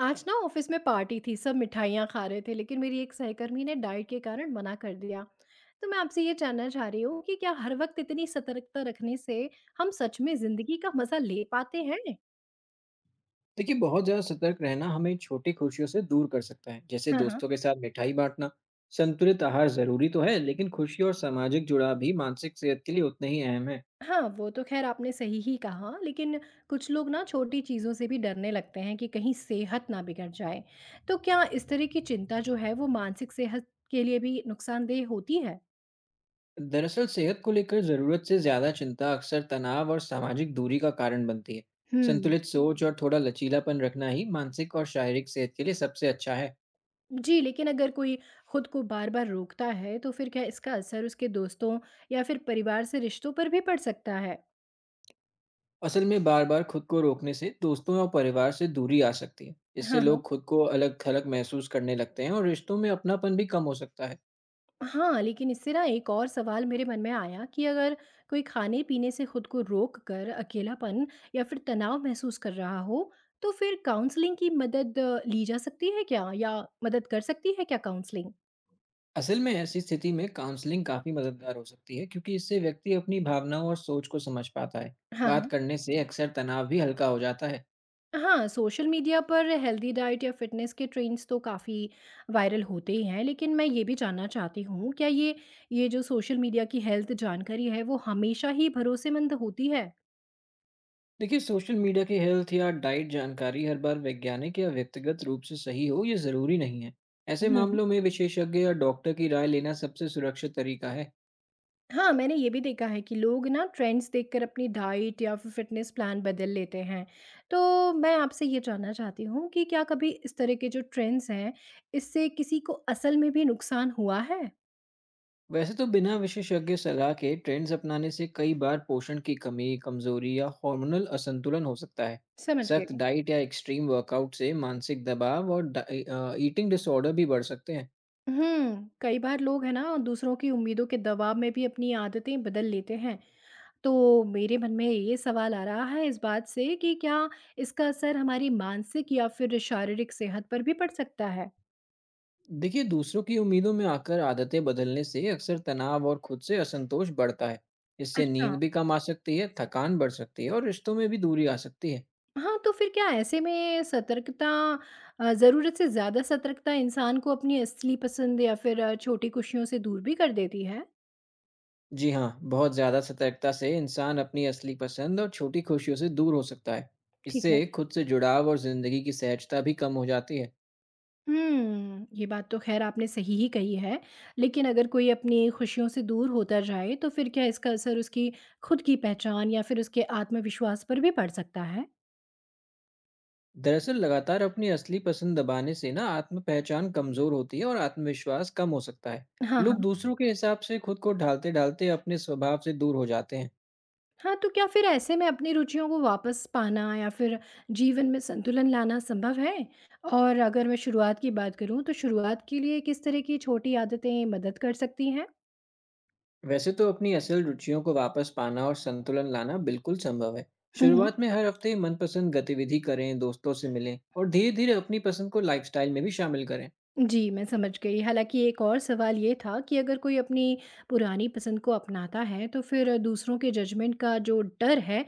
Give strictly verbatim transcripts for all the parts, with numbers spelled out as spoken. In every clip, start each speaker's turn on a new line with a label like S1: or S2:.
S1: आज ना ऑफिस में पार्टी थी सब मिठाइयाँ खा रहे थे लेकिन मेरी एक सहकर्मी ने डाइट के कारण मना कर दिया। तो मैं आपसे ये जानना चाह रही हूँ कि क्या हर वक्त इतनी सतर्कता रखने से हम सच में जिंदगी का मजा ले पाते हैं।
S2: देखिए, बहुत ज़्यादा सतर्क रहना हमें छोटी खुशियों से दूर कर सकता है, जैसे
S1: हाँ हाँ।
S2: दोस्तों के साथ मिठाई बाँटना। संतुलित आहार ज़रूरी तो है, लेकिन खुशी और सामाजिक जुड़ाव भी मानसिक सेहत के लिए उतने ही अहम है।
S1: हाँ वो तो खैर आपने सही ही कहा, लेकिन कुछ लोग ना छोटी चीजों से भी डरने लगते हैं कि कहीं सेहत ना बिगड़ जाए। तो क्या इस तरह की चिंता जो है वो मानसिक सेहत के लिए भी नुकसानदेह होती है।
S2: दरअसल, सेहत को लेकर ज़रूरत से ज़्यादा चिंता अक्सर तनाव और सामाजिक दूरी का कारण बनती है।
S1: हम्म।
S2: संतुलित सोच और थोड़ा लचीलापन रखना ही मानसिक और शारीरिक सेहत के लिए सबसे अच्छा है।
S1: जी, लेकिन अगर कोई खुद को बार-बार रोकता है, तो फिर क्या इसका असर उसके दोस्तों या फिर परिवार से रिश्तों पर भी पड़ सकता है?
S2: असल में बार-बार खुद को रोकने से दोस्तों और परिवार से दूरी आ सकती है।
S1: हाँ,
S2: इससे
S1: हाँ।
S2: लोग खुद को अलग-थलग महसूस करने लगते हैं और रिश्तों में अपनापन भी कम हो सकता है।
S1: हाँ, लेकिन इससे ना एक और सवाल मेरे मन में आया कि अगर कोई खाने-पीने से खुद को रोक कर अकेलापन या फिर तनाव महसूस कर रहा हो, तो फिर काउंसलिंग की मदद अ, ली जा सकती है क्या? या मदद कर सकती है क्या काउंसलिंग?
S2: असल में ऐसी स्थिति में काउंसलिंग काफी मददगार हो सकती है क्योंकि इससे व्यक्ति अपनी भावनाओं और सोच को समझ पाता है। बात
S1: हाँ।
S2: करने से अक्सर तनाव भी हल्का हो जाता है।
S1: हाँ, सोशल मीडिया पर हेल्दी डाइट या फिटनेस के ट्रेंड्स तो काफ़ी वायरल होते ही हैं, लेकिन मैं ये भी जानना चाहती हूँ, क्या ये ये जो सोशल मीडिया की हेल्थ जानकारी है, वो हमेशा ही भरोसेमंद होती है?
S2: देखिए, सोशल मीडिया की हेल्थ या डाइट जानकारी हर बार वैज्ञानिक या व्यक्तिगत रूप से सही हो ये जरूरी नहीं है। ऐसे
S1: हम्म।
S2: मामलों में विशेषज्ञ या डॉक्टर की राय लेना सबसे सुरक्षित तरीका है।
S1: हाँ, मैंने ये भी देखा है कि लोग ना ट्रेंड्स देखकर अपनी डाइट या फिर फिटनेस प्लान बदल लेते हैं। तो मैं आपसे ये जानना चाहती हूँ कि क्या कभी इस तरह के जो ट्रेंड्स हैं, इससे किसी को असल में भी नुकसान हुआ है?
S2: वैसे तो बिना विशेषज्ञ सलाह के ट्रेंड्स अपनाने से कई बार पोषण की कमी, कमजोरी या हार्मोनल असंतुलन हो सकता है।
S1: समझ
S2: सख्त
S1: गई।
S2: डाइट या एक्सट्रीम वर्कआउट से मानसिक दबाव और ईटिंग डिसऑर्डर भी बढ़ सकते हैं।
S1: हुँ, कई बार लोग है ना दूसरों की उम्मीदों के दबाव में भी अपनी आदतें बदल लेते हैं। तो मेरे मन में ये सवाल आ रहा है इस बात से कि क्या इसका असर हमारी मानसिक या फिर शारीरिक सेहत पर भी पड़ सकता है?
S2: देखिए, दूसरों की उम्मीदों में आकर आदतें बदलने से अक्सर तनाव और खुद से असंतोष बढ़ता है। इससे
S1: अच्छा।
S2: नींद भी कम आ सकती है, थकान बढ़ सकती है और रिश्तों में भी दूरी आ सकती है।
S1: हाँ, तो फिर क्या ऐसे में सतर्कता अ, ज़रूरत से ज़्यादा सतर्कता इंसान को अपनी असली पसंद या फिर अ, छोटी खुशियों से दूर भी कर देती है?
S2: जी हाँ, बहुत ज़्यादा सतर्कता से इंसान अपनी असली पसंद और छोटी खुशियों से दूर हो सकता है।
S1: ठीक है।
S2: इससे खुद से जुड़ाव और ज़िंदगी की सहजता भी कम हो जाती है।
S1: हुँ, ये बात तो ख़ैर आपने सही ही कही है। लेकिन अगर कोई अपनी खुशियों से दूर होता जाए, तो फिर क्या इसका असर उसकी खुद की पहचान या फिर उसके आत्मविश्वास पर भी पड़ सकता है?
S2: दरअसल, लगातार अपनी असली पसंद दबाने से ना आत्म पहचान कमज़ोर होती है और आत्मविश्वास कम हो सकता है।
S1: हाँ,
S2: लोग
S1: हाँ।
S2: दूसरों के हिसाब से खुद को ढालते-ढालते अपने स्वभाव से दूर हो जाते हैं।
S1: हाँ, तो क्या फिर ऐसे में अपनी रुचियों को वापस पाना या फिर जीवन में संतुलन लाना संभव है? और अगर मैं शुरुआत की बात करूँ, तो शुरुआत के लिए किस तरह की छोटी आदतें मदद कर सकती हैं?
S2: वैसे तो अपनी असल रुचियों को वापस पाना और संतुलन लाना बिल्कुल संभव है।
S1: हुँ, हुँ।
S2: शुरुआत में हर हफ्ते मनपसंद गतिविधि करें, दोस्तों से मिलें और धीरे-धीरे अपनी पसंद को लाइफस्टाइल में भी शामिल करें।
S1: जी, मैं समझ गई। हालाँकि एक और सवाल ये था कि अगर कोई अपनी पुरानी पसंद को अपनाता है, तो फिर दूसरों के जजमेंट का जो डर है,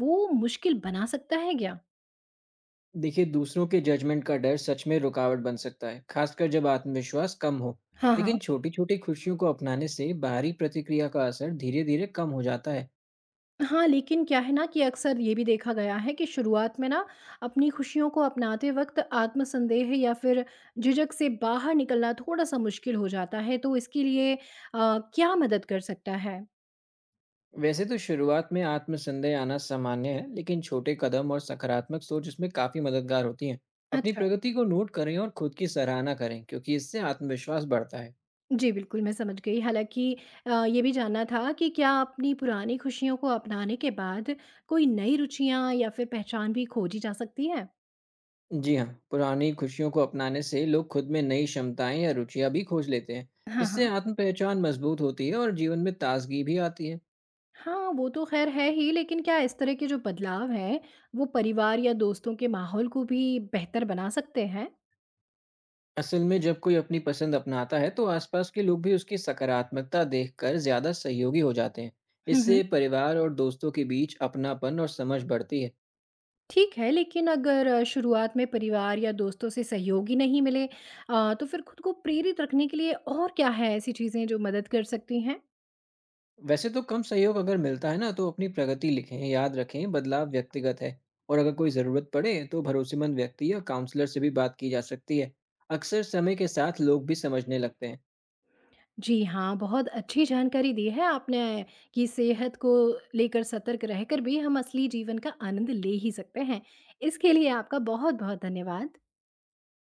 S1: वो मुश्किल बना सकता है क्या?
S2: देखिए, दूसरों के जजमेंट का डर सच में रुकावट बन सकता है, खासकर जब आत्मविश्वास कम हो।
S1: हाँ,
S2: लेकिन
S1: हाँ।
S2: छोटी छोटी खुशियों को अपनाने से बाहरी प्रतिक्रिया का असर धीरे धीरे कम हो जाता है।
S1: हाँ, लेकिन क्या है ना कि अक्सर ये भी देखा गया है कि शुरुआत में ना अपनी खुशियों को अपनाते वक़्त आत्मसंदेह या फिर झिझक से बाहर निकलना थोड़ा-सा मुश्किल हो जाता है। तो इसके लिए अ, क्या मदद कर सकता है?
S2: वैसे तो शुरुआत में आत्मसंदेह आना सामान्य है, लेकिन छोटे कदम और सकारात्मक सोच इसमें काफी मददगार होती है। अपनी प्रगति को नोट करें और खुद की सराहना करें, क्योंकि इससे आत्मविश्वास बढ़ता है।
S1: जी, बिल्कुल, मैं समझ गई। हालाँकि अ, ये भी जानना था कि क्या अपनी पुरानी खुशियों को अपनाने के बाद कोई नई रुचियाँ या फिर पहचान भी खोजी जा सकती है?
S2: जी हाँ, पुरानी खुशियों को अपनाने से लोग खुद में नई क्षमताएं या रुचियां भी खोज लेते हैं।
S1: हाँ,
S2: इससे
S1: हाँ।
S2: आत्म पहचान मजबूत होती है और जीवन में ताजगी भी आती है।
S1: हाँ, वो तो ख़ैर है ही, लेकिन क्या इस तरह के जो बदलाव हैं, वो परिवार या दोस्तों के माहौल को भी बेहतर बना सकते हैं?
S2: असल में, जब कोई अपनी पसंद अपनाता है तो आसपास के लोग भी उसकी सकारात्मकता देखकर ज्यादा सहयोगी हो जाते हैं।
S1: हुँ, हुँ।
S2: इससे परिवार और दोस्तों के बीच अपनापन और समझ बढ़ती है।
S1: ठीक है, लेकिन अगर अ, शुरुआत में परिवार या दोस्तों से सहयोग ही नहीं मिले अ, तो फिर खुद को प्रेरित रखने के लिए और क्या है ऐसी चीज़ें जो मदद कर सकती हैं?
S2: वैसे तो कम सहयोग अगर मिलता है ना तो अपनी प्रगति लिखें, याद रखें बदलाव व्यक्तिगत है। और अगर कोई ज़रूरत पड़े तो भरोसेमंद व्यक्ति या काउंसलर से भी बात की जा सकती है। अक्सर समय के साथ लोग भी समझने लगते हैं।
S1: जी हाँ, बहुत अच्छी जानकारी दी है आपने कि सेहत को लेकर सतर्क रहकर भी हम असली जीवन का आनंद ले ही सकते हैं। इसके लिए आपका बहुत-बहुत धन्यवाद।